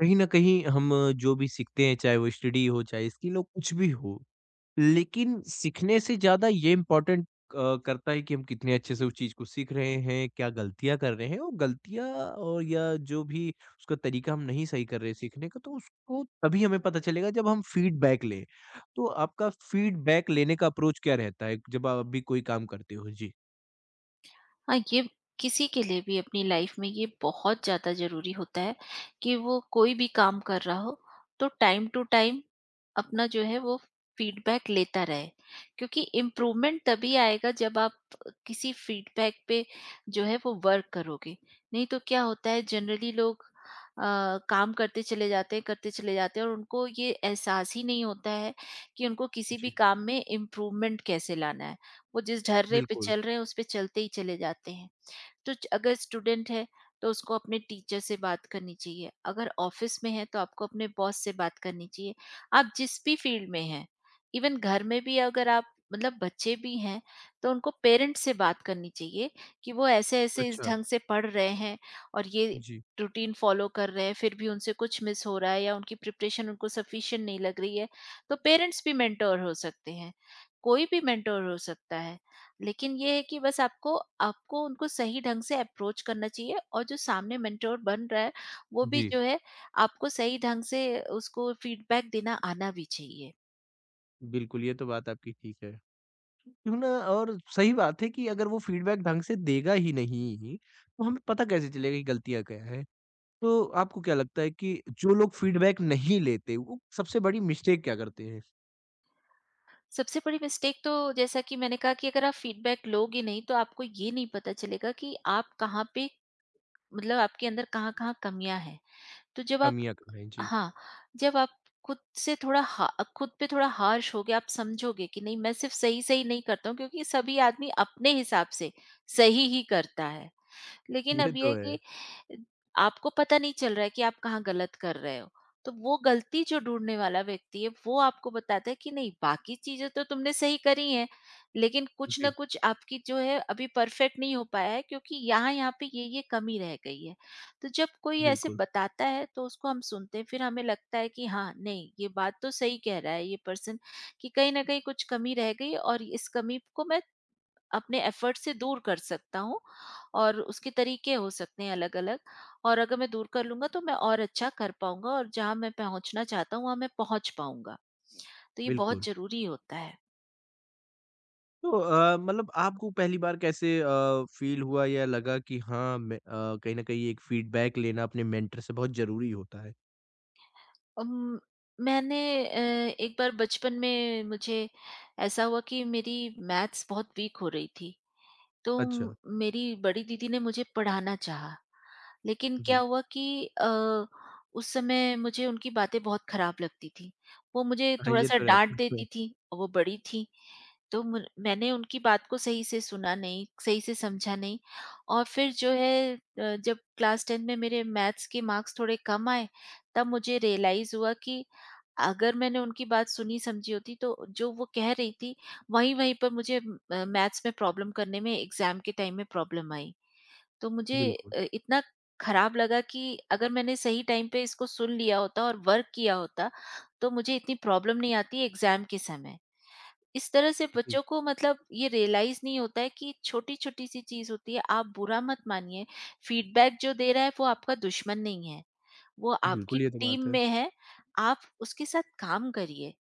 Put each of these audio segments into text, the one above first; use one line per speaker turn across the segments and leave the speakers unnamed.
कहीं न कहीं हम जो भी सीखते हैं, चाहे वो स्टडी हो, चाहे स्किल हो, कुछ भी हो, लेकिन सीखने से ज़्यादा ये इम्पोर्टेंट करता है कि हम कितने अच्छे से उस चीज़ को सीख रहे हैं, क्या गलतियाँ कर रहे हैं और गलतियाँ और या जो भी उसका तरीका हम नहीं सही कर रहे हैं सीखने का, तो उसको तभी हमें पता चलेगा जब हम फीडबैक लें। तो आपका फीडबैक लेने का अप्रोच क्या रहता है जब आप भी कोई काम करते हो? जी।
हाँ, ये किसी के लिए भी अपनी लाइफ में ये बहुत ज़्यादा ज़रूरी होता है कि वो कोई भी काम कर रहा हो, तो टाइम टू टाइम अपना जो है वो फीडबैक लेता रहे। क्योंकि इम्प्रूवमेंट तभी आएगा जब आप किसी फीडबैक पे जो है वो वर्क करोगे। नहीं तो क्या होता है, जनरली लोग काम करते चले जाते हैं, करते चले जाते हैं और उनको ये एहसास ही नहीं होता है कि उनको किसी भी
जी,
काम में इम्प्रूवमेंट कैसे लाना है। वो जिस ढर्रे पे
बिल्कुल।
चल रहे हैं उस पे चलते ही चले जाते हैं। तो च अगर स्टूडेंट है तो उसको अपने टीचर से बात करनी चाहिए, अगर ऑफ़िस में है तो आपको अपने बॉस से बात करनी चाहिए। आप जिस भी फ़ील्ड में हैं, इवन घर में भी अगर आप, मतलब बच्चे भी हैं, तो उनको पेरेंट्स से बात करनी चाहिए कि वो ऐसे-ऐसे इस
अच्छा।
ढंग से पढ़ रहे हैं और ये
जी,
रूटीन फ़ॉलो कर रहे हैं, फिर भी उनसे कुछ मिस हो रहा है या उनकी प्रिपरेशन उनको सफ़िशिएंट नहीं लग रही है। तो पेरेंट्स भी मेंटर हो सकते हैं, कोई भी मेंटर हो सकता है। लेकिन ये है कि बस आपको आपको उनको सही ढंग से अप्रोच करना चाहिए, और जो सामने मेंटोर बन रहा है वो भी
जी।
जो है, आपको सही ढंग से उसको फीडबैक देना आना भी चाहिए।
बिल्कुल, ये तो बात आपकी ठीक है। क्यों ना और सही बात है कि अगर वो फीडबैक ढंग से देगा ही नहीं, तो हमें पता कैसे चलेगा कि गलतियाँ क्या हैं? तो आपको क्या लगता है कि जो लोग फीडबैक नहीं लेते, वो सबसे बड़ी मिस्टेक क्या करते हैं?
सबसे बड़ी मिस्टेक तो, जैसा कि मैंने कहा, कि अगर आप फीडबैक लोगे नहीं तो आपको ये नहीं पता चलेगा कि आप कहाँ पे, मतलब आपके अंदर कहाँ कहाँ कमियां हैं। तो जब आप,
कमियाँ कहाँ हैं? जी,
हाँ, जब आप खुद से थोड़ा हा खुद पे थोड़ा हार्श होगे, आप समझोगे कि नहीं, मैं सिर्फ़ सही-सही नहीं करता हूँ, क्योंकि सभी आदमी अपने हिसाब से सही ही करता है। लेकिन
ये
अब ये
तो
है
है।
कि आपको पता नहीं चल रहा है कि आप कहाँ गलत कर रहे हो। तो वो गलती जो ढूँढने वाला व्यक्ति है, वो आपको बताता है कि नहीं, बाकी चीज़ें तो तुमने सही करी हैं, लेकिन कुछ ना
जी,
कुछ आपकी जो है अभी परफेक्ट नहीं हो पाया है, क्योंकि यहाँ-यहाँ पे ये-ये कमी रह गई है। तो जब कोई ऐसे
बिल्कुल,
बताता है तो उसको हम सुनते हैं, फिर हमें लगता है कि हाँ, नहीं, ये बात तो सही कह रहा है ये पर्सन, कि कहीं न कहीं कुछ कमी रह गई, और इस कमी को मैं अपने एफर्ट से दूर कर सकता हूँ, और उसके तरीके हो सकते हैं अलग-अलग। और अगर मैं दूर कर लूँगा तो मैं और अच्छा कर पाऊँगा, और जहाँ मैं पहुँचना चाहता हूँ वहाँ मैं पहुँच पाऊँगा। तो ये
बिल्कुल।
बहुत ज़रूरी होता है।
तो मतलब आपको पहली बार कैसे फ़ील हुआ या लगा कि हाँ, मैं कहीं न कहीं एक फीडबैक लेना अपने मेंटर से बहुत ज़रूरी होता है?
उम, मैंने एक बार बचपन में मुझे ऐसा हुआ कि मेरी मैथ्स बहुत वीक हो रही थी। तो
अच्छा,
मेरी बड़ी दीदी ने मुझे पढ़ाना चाहा। लेकिन क्या
जी।
हुआ कि अ, उस समय मुझे उनकी बातें बहुत खराब लगती थीं। वो मुझे
हाँ, ये
थोड़ा-सा
तो रहता
डाँट
है। तो,
देती थीं और वो बड़ी थीं, तो मुर मैंने उनकी बात को सही से सुना नहीं, सही से समझा नहीं। और फिर जो है, जब क्लास 10 में मेरे मैथ्स के मार्क्स थोड़े कम आए, तब मुझे रियलाइज़ हुआ कि अगर मैंने उनकी बात सुनी समझी होती, तो जो वो कह रही थी, वहीं-वहीं पर मुझे, मैथ्स में प्रॉब्लम करने में, एग्ज़ाम के टाइम में प्रॉब्लम आई। तो मुझे
बिल्कुल,
इतना खराब लगा कि अगर मैंने सही टाइम पे इसको सुन लिया होता और वर्क किया होता, तो मुझे इतनी प्रॉब्लम नहीं आती एग्जाम के समय। इस तरह से
जी,
बच्चों को, मतलब ये रियलाइज नहीं होता है कि छोटी-छोटी सी चीज़ होती है, आप बुरा मत मानिए, फीडबैक जो दे रहा है वो आपका दुश्मन नहीं है, वो आपकी
बिल्कुल, ये तो
टीम
बात है।
में है, आप उसके साथ काम करिए।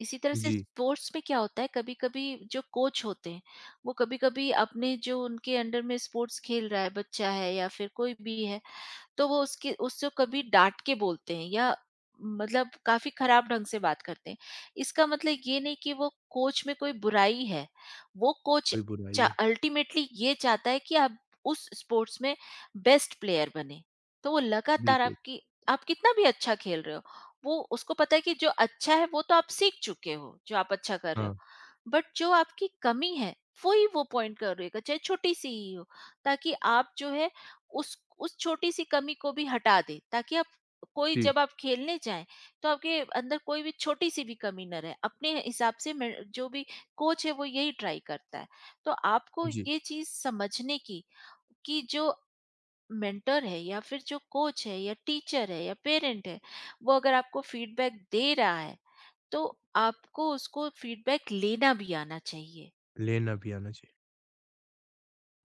इसी तरह से
जी।
स्पोर्ट्स में क्या होता है, कभी-कभी जो कोच होते हैं, वो कभी-कभी अपने जो उनके अंडर में स्पोर्ट्स खेल रहा है, बच्चा है या फिर कोई भी है, तो वो उसकी उसको कभी डाँट के बोलते हैं, या मतलब काफ़ी खराब ढंग से बात करते हैं। इसका मतलब ये नहीं कि वो कोच में कोई बुराई है। वो कोच
कोई बुराई
चा
है,
अल्टीमेटली ये चाहता है कि आप उस स्पोर्ट्स में बेस्ट प्लेयर बनें। तो वो लगातार
बिल्कुल।
आपकी आप कितना भी अच्छा खेल रहे हो, वो उसको पता है कि जो अच्छा है वो तो आप सीख चुके हो, जो आप अच्छा कर रहे हो।
हाँ,
बट जो आपकी कमी है, वही वो पॉइंट कर रहेगा, चाहे छोटी-सी ही हो, ताकि आप जो है उस छोटी सी कमी को भी हटा दे, ताकि आप, कोई
जी,
जब आप खेलने जाएं, तो आपके अंदर कोई भी छोटी सी भी कमी न रहे। अपने हिसाब से जो भी कोच है वो यही ट्राई करता है। तो आपको
जी,
ये चीज समझने की, कि जो मेंटर है या फिर जो कोच है या टीचर है या पेरेंट है, वो अगर आपको फीडबैक दे रहा है, तो आपको उसको फीडबैक लेना भी आना चाहिए।
लेना भी आना चाहिए।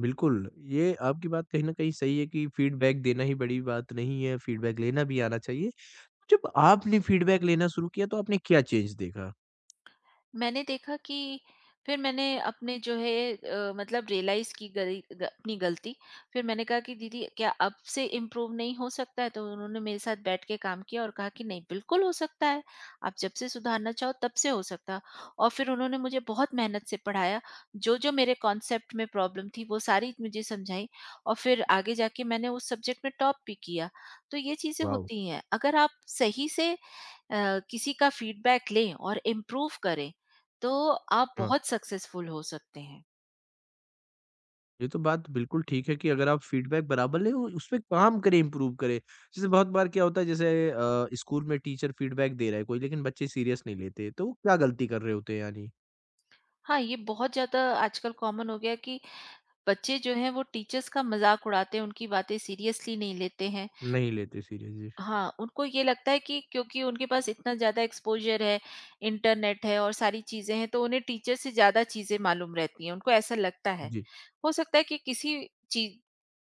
बिल्कुल, ये आपकी बात कहीं न कहीं सही है कि फीडबैक देना ही बड़ी बात नहीं है, फीडबैक लेना भी आना चाहिए। जब आपने फीडबैक लेना शुरू किया तो आपने क्या चेंज देखा?
मैंने देखा कि फिर मैंने अपने जो है, मतलब रियलाइज की गई अपनी गलती। फिर मैंने कहा कि दीदी, क्या अब से इम्प्रूव नहीं हो सकता है? तो उन्होंने मेरे साथ बैठ के काम किया और कहा कि नहीं, बिल्कुल हो सकता है, आप जब से सुधारना चाहो तब से हो सकता है। और फिर उन्होंने मुझे बहुत मेहनत से पढ़ाया, जो जो मेरे कॉन्सेप्ट में प्रॉब्लम थी वो सारी मुझे समझाई, और फिर आगे जाके मैंने उस सब्जेक्ट में टॉप भी किया। तो ये चीज़ें
वॉव!
होती हैं, अगर आप सही से किसी का फीडबैक लें और इम्प्रूव करें, तो आप
हाँ,
बहुत सक्सेसफुल हो सकते हैं।
ये तो बात बिल्कुल ठीक है कि अगर आप फीडबैक बराबर लें और उसपे काम करें, इम्प्रूव करें। जैसे बहुत बार क्या होता है जैसे स्कूल में टीचर फीडबैक दे रहा है कोई लेकिन बच्चे सीरियस नहीं लेते, तो वो क्या गलती कर रहे होते हैं यानी?
हाँ, ये बहुत ज़्यादा आजकल कॉमन हो गया है कि बच्चे जो हैं वो टीचर्स का मज़ाक उड़ाते हैं, उनकी बातें सीरियसली नहीं लेते हैं।
नहीं लेते सीरियस जी।
हाँ, उनको ये लगता है कि क्योंकि उनके पास इतना ज़्यादा एक्सपोज़र है, इंटरनेट है और सारी चीज़ें हैं, तो उन्हें टीचर से ज़्यादा चीज़ें मालूम रहती हैं, उनको ऐसा लगता है।
जी,
हो सकता है कि किसी चीज़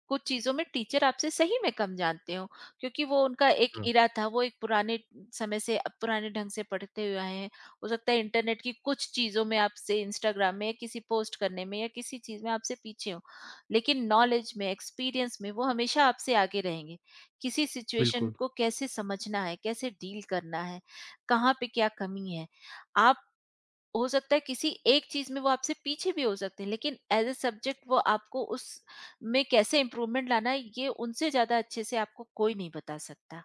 कुछ चीज़ों में टीचर आपसे सही में कम जानते हों, क्योंकि वो उनका एक
हाँ,
इरा था, वो एक पुराने समय से, पुराने ढंग से पढ़ते हुए आए हैं। हो सकता है इंटरनेट की कुछ चीज़ों में आपसे, इंस्टाग्राम में या किसी पोस्ट करने में, या किसी चीज़ में आपसे पीछे हों, लेकिन नॉलेज में, एक्सपीरियंस में वो हमेशा आपसे आगे रहेंगे। किसी सिचुएशन
बिल्कुल,
को कैसे समझना है, कैसे डील करना है, कहाँ पे क्या कमी है। आप हो सकता है किसी एक चीज़ में वो आपसे पीछे भी हो सकते हैं, लेकिन एज़ अ सब्जेक्ट वो आपको उस में कैसे इम्प्रूवमेंट लाना है, ये उनसे ज़्यादा अच्छे से आपको कोई नहीं बता सकता।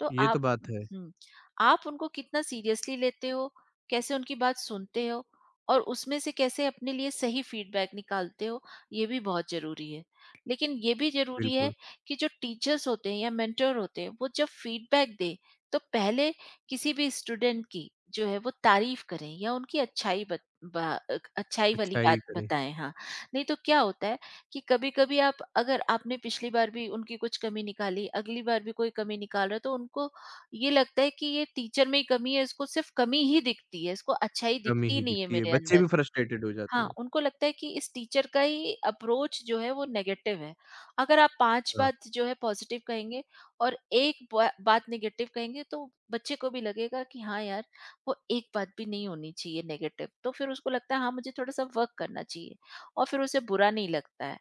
तो
ये तो बात है।
हुँ, आप उनको कितना सीरियसली लेते हो, कैसे उनकी बात सुनते हो, और उसमें से कैसे अपने लिए सही फीडबैक निकालते हो, ये भी बहुत ज़रूरी है। लेकिन ये भी ज़रूरी है
बिल्कुल,
कि जो टीचर्स होते हैं या मेंटर होते हैं, वो जब फीडबैक दें, तो पहले किसी भी स्टूडेंट की जो है वो तारीफ़ करें, या उनकी अच्छाई अच्छाई वाली
अच्छाई
बात
करें,
बताएँ। हाँ, नहीं तो क्या होता है कि कभी-कभी आप अगर आपने पिछली बार भी उनकी कुछ कमी निकाली, अगली बार भी कोई कमी निकाल रहा है, तो उनको ये लगता है कि ये टीचर में ही कमी है, इसको सिर्फ कमी ही दिखती है, इसको अच्छाई
कमी
दिखती ही
ही
नहीं है
दिखती है,
मेरे
बच्चे
अंदर।
भी फ्रस्ट्रेटेड हो जाते
हाँ,
हैं।
उनको लगता है कि इस टीचर का ही अप्रोच जो है वो नेगेटिव है। अगर आप 5
हाँ,
बात जो है पॉजिटिव कहेंगे और 1 बा बात नेगेटिव कहेंगे, तो बच्चे को भी लगेगा कि हाँ यार, वो एक बात भी नहीं होनी चाहिए नेगेटिव। तो फिर उसको लगता है, हाँ, मुझे थोड़ा-सा वर्क करना चाहिए, और फिर उसे बुरा नहीं लगता है।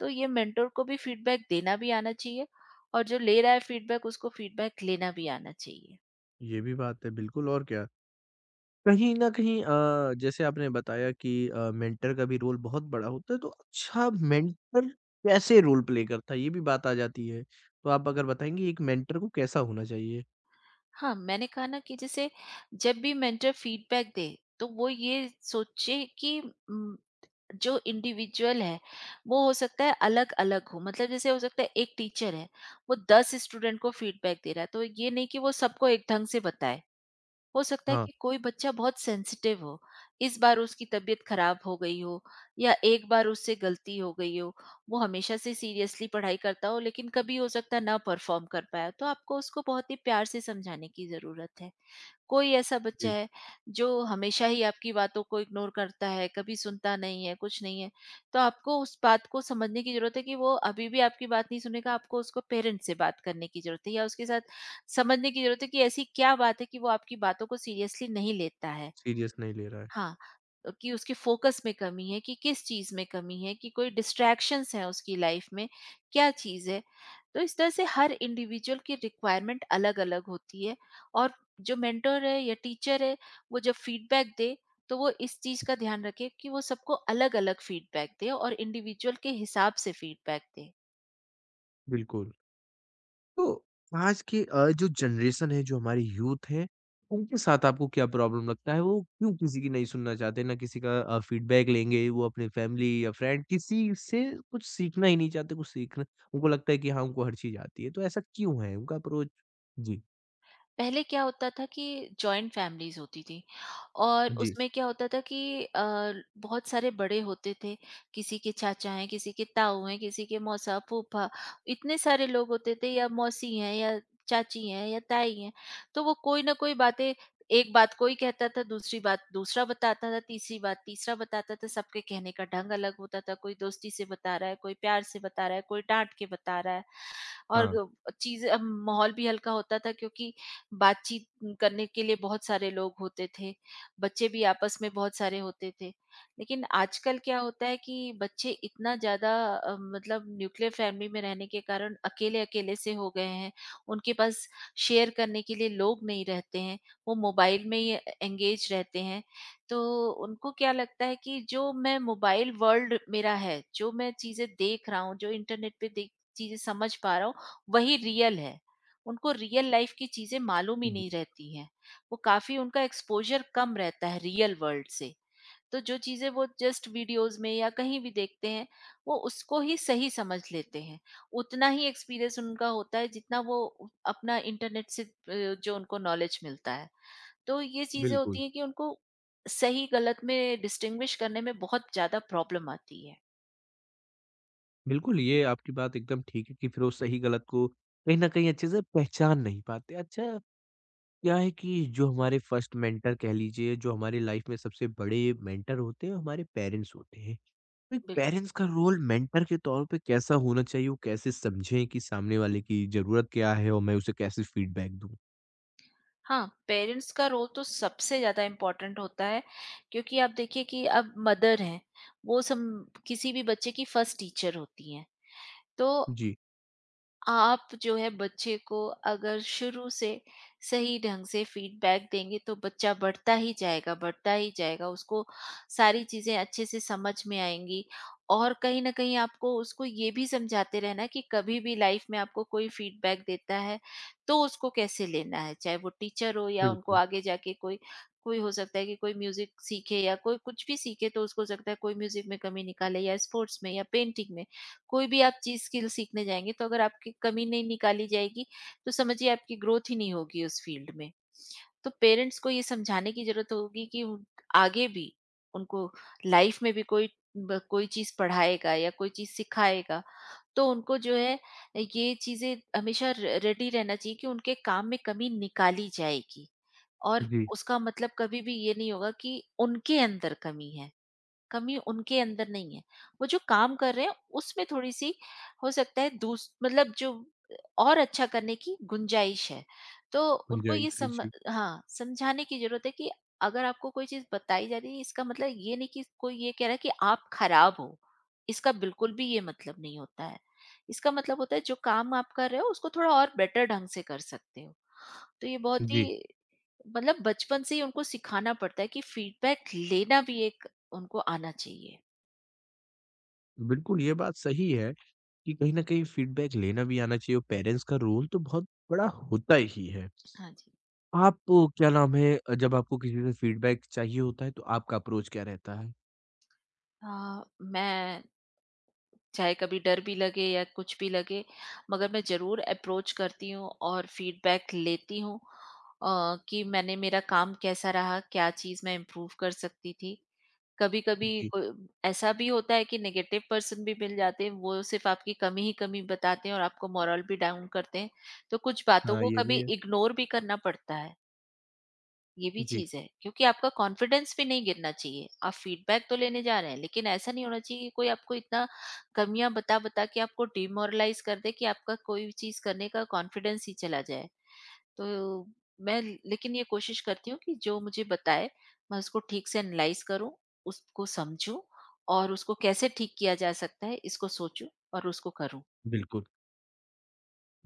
तो ये मेंटर को भी फीडबैक देना भी आना चाहिए, और जो ले रहा है फीडबैक, उसको फीडबैक लेना भी आना चाहिए।
ये भी बात है बिल्कुल और क्या। कहीं न कहीं जैसे आपने बताया कि मेंटर का भी रोल बहुत बड़ा होता है, तो अच्छा मेंटर कैसे रोल प्ले करता है, ये भी बात आ जाती है। तो आप अगर बताएँगी एक मेंटर को कैसा होना चाहिए?
हाँ, मैंने कहा ना कि जैसे जब भी मेंटर फीडबैक दे, तो वो ये सोचे कि उम, जो इंडिविजुअल है वो हो सकता है अलग-अलग हो। मतलब जैसे हो सकता है एक टीचर है, वो 10 स्टूडेंट को फीडबैक दे रहा है, तो ये नहीं कि वो सबको एक ढंग से बताए। हो सकता है
हाँ,
कि कोई बच्चा बहुत सेंसिटिव हो, इस बार उसकी तबीयत खराब हो गई हो, या एक बार उससे गलती हो गई हो, वो हमेशा से सीरियसली पढ़ाई करता हो लेकिन कभी हो सकता है ना परफॉर्म कर पाया, तो आपको उसको बहुत ही प्यार से समझाने की ज़रूरत है। कोई ऐसा बच्चा
जी,
है जो हमेशा ही आपकी बातों को इग्नोर करता है, कभी सुनता नहीं है, कुछ नहीं है, तो आपको उस बात को समझने की ज़रूरत है कि वो अभी भी आपकी बात नहीं सुनेगा, आपको उसको पेरेंट्स से बात करने की ज़रूरत है, या उसके साथ समझने की ज़रूरत है कि ऐसी क्या बात है कि वो आपकी बातों को सीरियसली नहीं लेता है।
सीरियस नहीं ले रहा है।
हाँ, कि उसके फ़ोकस में कमी है, कि किस चीज़ में कमी है, कि कोई डिस्ट्रैक्शंस हैं उसकी लाइफ़ में, क्या चीज़ है। तो इस तरह से हर इंडिविजुअल की रिक्वायरमेंट अलग-अलग होती है और जो मेंटर है या टीचर है, वो जब फीडबैक दे, तो वो इस चीज़ का ध्यान रखे कि वो सबको अलग-अलग फीडबैक दे और इंडिविजुअल के हिसाब से फीडबैक दे।
बिल्कुल। तो आज की जो जनरेशन है, जो हमारी यूथ है, उनके साथ आपको क्या प्रॉब्लम लगता है? वो क्यों किसी की नहीं सुनना चाहते, ना किसी का फीडबैक लेंगे, वो अपने फैमिली या फ्रेंड किसी से कुछ सीखना ही नहीं चाहते, कुछ सीखना उनको लगता है कि हाँ, उनको हर चीज़ आती है, तो ऐसा क्यों है उनका अप्रोच? जी,
पहले क्या होता था कि जॉइंट फैमिलीज़ होती थी और
जी,
उसमें क्या होता था कि बहुत सारे बड़े होते थे, किसी के चाचा हैं, किसी के ताऊ हैं, किसी के मौसा, फूफा, इतने सारे लोग होते थे या मौसी हैं या चाची हैं या ताई हैं, तो वो कोई ना कोई बातें एक बात कोई कहता था, दूसरी बात दूसरा बताता था, तीसरी बात तीसरा बताता था, सबके कहने का ढंग अलग होता था, कोई दोस्ती से बता रहा है, कोई प्यार से बता रहा है, कोई डाँट के बता रहा है। और
हाँ,
चीज़ें माहौल भी हल्का होता था, क्योंकि बातचीत करने के लिए बहुत सारे लोग होते थे, बच्चे भी आपस में बहुत सारे होते थे। लेकिन आजकल क्या होता है कि बच्चे इतना ज़्यादा मतलब न्यूक्लियर फैमिली में रहने के कारण अकेले-अकेले से हो गए हैं, उनके पास शेयर करने के लिए लोग नहीं रहते हैं, वो मोबाइल में ही एंगेज रहते हैं। तो उनको क्या लगता है कि जो मैं मोबाइल वर्ल्ड मेरा है, जो मैं चीज़ें देख रहा हूँ, जो इंटरनेट पे देख चीज़ें समझ पा रहा हूँ, वही रियल है। उनको रियल लाइफ़ की चीज़ें मालूम ही
जी,
नहीं रहती हैं। वो काफ़ी उनका एक्सपोज़र कम रहता है रियल वर्ल्ड से। तो जो चीज़ें वो जस्ट वीडियोज़ में या कहीं भी देखते हैं, वो उसको ही सही समझ लेते हैं। उतना ही एक्सपीरियंस उनका होता है जितना वो उ अपना इंटरनेट से जो उनको नॉलेज मिलता है। तो ये चीज़ें
बिल्कुल।
होती हैं कि उनको सही-गलत में डिस्टिंग्विश करने में बहुत ज़्यादा प्रॉब्लम आती है।
बिल्कुल, ये आपकी बात एकदम ठीक है कि फिर वो सही-गलत को कहीं न कहीं अच्छे से पहचान नहीं पाते। अच्छा क्या है कि जो हमारे फर्स्ट मेंटर कह लीजिए जो हमारे लाइफ में सबसे बड़े मेंटर होते हैं वो हमारे पेरेंट्स होते हैं, तो एक
बिल्कुल।
पेरेंट्स का रोल मेंटर के तौर पे कैसा होना चाहिए? वो कैसे समझें कि सामने वाले की जरूरत क्या है और मैं उसे कैसे फीडबैक दूं?
हाँ, पेरेंट्स का रोल तो सबसे ज़्यादा इम्पोर्टेंट होता है, क्योंकि आप देखिए कि अब मदर हैं, वो सम किसी भी बच्चे की फर्स्ट टीचर होती हैं। तो
जी,
आप जो है बच्चे को अगर शुरू से सही ढंग से फीडबैक देंगे, तो बच्चा बढ़ता ही जाएगा, उसको सारी चीज़ें अच्छे से समझ में आएँगी और कहीं न कहीं आपको उसको ये भी समझाते रहना कि कभी भी लाइफ़ में आपको कोई फीडबैक देता है, तो उसको कैसे लेना है, चाहे वो टीचर हो या उनको
बिल्कुल,
आगे जाके कोई कोई हो सकता है कि कोई म्यूज़िक सीखे या कोई कुछ भी सीखे, तो उसको हो सकता है कोई म्यूज़िक में कमी निकाले या स्पोर्ट्स में या पेंटिंग में। कोई भी आप चीज़ स्किल सीखने जाएँगे, तो अगर आपकी कमी नहीं निकाली जाएगी, तो समझिए आपकी ग्रोथ ही नहीं होगी उस फ़ील्ड में। तो पेरेंट्स को ये समझाने की ज़रूरत होगी कि उन आगे भी उनको लाइफ़ में भी कोई ब कोई चीज़ पढ़ाएगा या कोई चीज़ सिखाएगा, तो उनको जो है ये चीज़ें हमेशा र रेडी रहना चाहिए कि उनके काम में कमी निकाली जाएगी और
जी,
उसका मतलब कभी भी ये नहीं होगा कि उनके अंदर कमी है। कमी उनके अंदर नहीं है। वो जो काम कर रहे हैं उसमें थोड़ी-सी, हो सकता है दूस मतलब जो और अच्छा करने की गुंजाइश है। तो उनको ये
गुंजाइश है,
सम
जी,
हाँ, समझाने की ज़रूरत है कि अगर आपको कोई चीज़ बताई जा रही है, इसका मतलब ये नहीं कि कोई ये कह रहा है कि आप खराब हो। इसका बिल्कुल भी ये मतलब नहीं होता है। इसका मतलब होता है जो काम आप कर रहे हो, उसको थोड़ा और बेटर ढंग से कर सकते हो। तो ये बहुत
जी,
ही मतलब बचपन से ही उनको सिखाना पड़ता है कि फीडबैक लेना भी एक उनको आना चाहिए।
बिल्कुल, ये बात सही है कि कहीं ना कहीं फीडबैक लेना भी आना चाहिए और पेरेंट्स का रोल तो बहुत बड़ा होता ही है।
हाँ जी।
आप क्या नाम है जब आपको किसी से फीडबैक चाहिए होता है तो आपका अप्रोच क्या रहता है?
अ, मैं चाहे कभी डर भी लगे या कुछ भी लगे, मगर मैं ज़रूर अप्रोच करती हूँ और फीडबैक लेती हूँ, अ, कि मैंने मेरा काम कैसा रहा, क्या चीज़ मैं इम्प्रूव कर सकती थी। कभी-कभी
जी,
कोई ऐसा भी होता है कि नेगेटिव पर्सन भी मिल जाते हैं, वो सिर्फ़ आपकी कमी ही कमी बताते हैं और आपको मोरल भी डाउन करते हैं। तो कुछ बातों
हाँ,
को
ये
कभी
भी है।
इग्नोर भी करना पड़ता है, ये भी
जी,
चीज़ है। क्योंकि आपका कॉन्फिडेंस भी नहीं गिरना चाहिए। आप फीडबैक तो लेने जा रहे हैं, लेकिन ऐसा नहीं होना चाहिए कि कोई आपको इतना कमियाँ बता-बता के आपको डिमोरलाइज़ कर दे कि आपका कोई भी चीज़ करने का कॉन्फिडेंस ही चला जाए। तो मैं लेकिन ये कोशिश करती हूँ कि जो मुझे बताए, मैं उसको ठीक से एनालाइज़ करूँ, उसको समझूँ और उसको कैसे ठीक किया जा सकता है इसको सोचूँ और उसको करूँ।
बिल्कुल।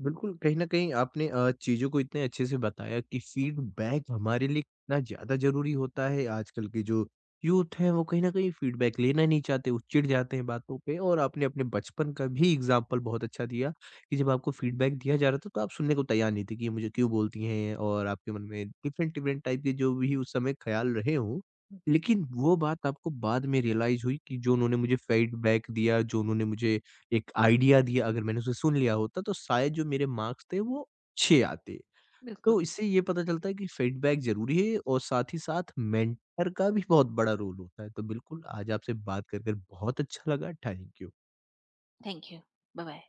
बिल्कुल, कहीं न कहीं आपने चीज़ों को इतने अच्छे से बताया कि फीडबैक हमारे लिए कितना ज़्यादा ज़रूरी होता है। आजकल के जो यूथ हैं, वो कहीं न कहीं फीडबैक लेना नहीं चाहते, वो चिढ़ जाते हैं बातों पे, और आपने अपने बचपन का भी एग्ज़ाम्पल बहुत अच्छा दिया कि जब आपको फीडबैक दिया जा रहा था, तो आप सुनने को तैयार नहीं थे कि ये मुझे क्यों बोलती हैं, और आपके मन में डिफरेंट-डिफरेंट टाइप के जो भी उस समय ख़्याल रहे हों। लेकिन वो बात आपको बाद में रियलाइज़ हुई कि जो उन्होंने मुझे फीडबैक दिया, जो उन्होंने मुझे एक आइडिया दिया, अगर मैंने उसे सुन लिया होता तो शायद जो मेरे मार्क्स थे वो अच्छे आते।
बिल्कुल।
तो इससे ये पता चलता है कि फीडबैक ज़रूरी है और साथ ही साथ मेंटर का भी बहुत बड़ा रोल होता है। तो बिल्कुल आज आपसे बात कर कर बहुत अच्छा लगा। Thank you.
Thank you. Bye-bye.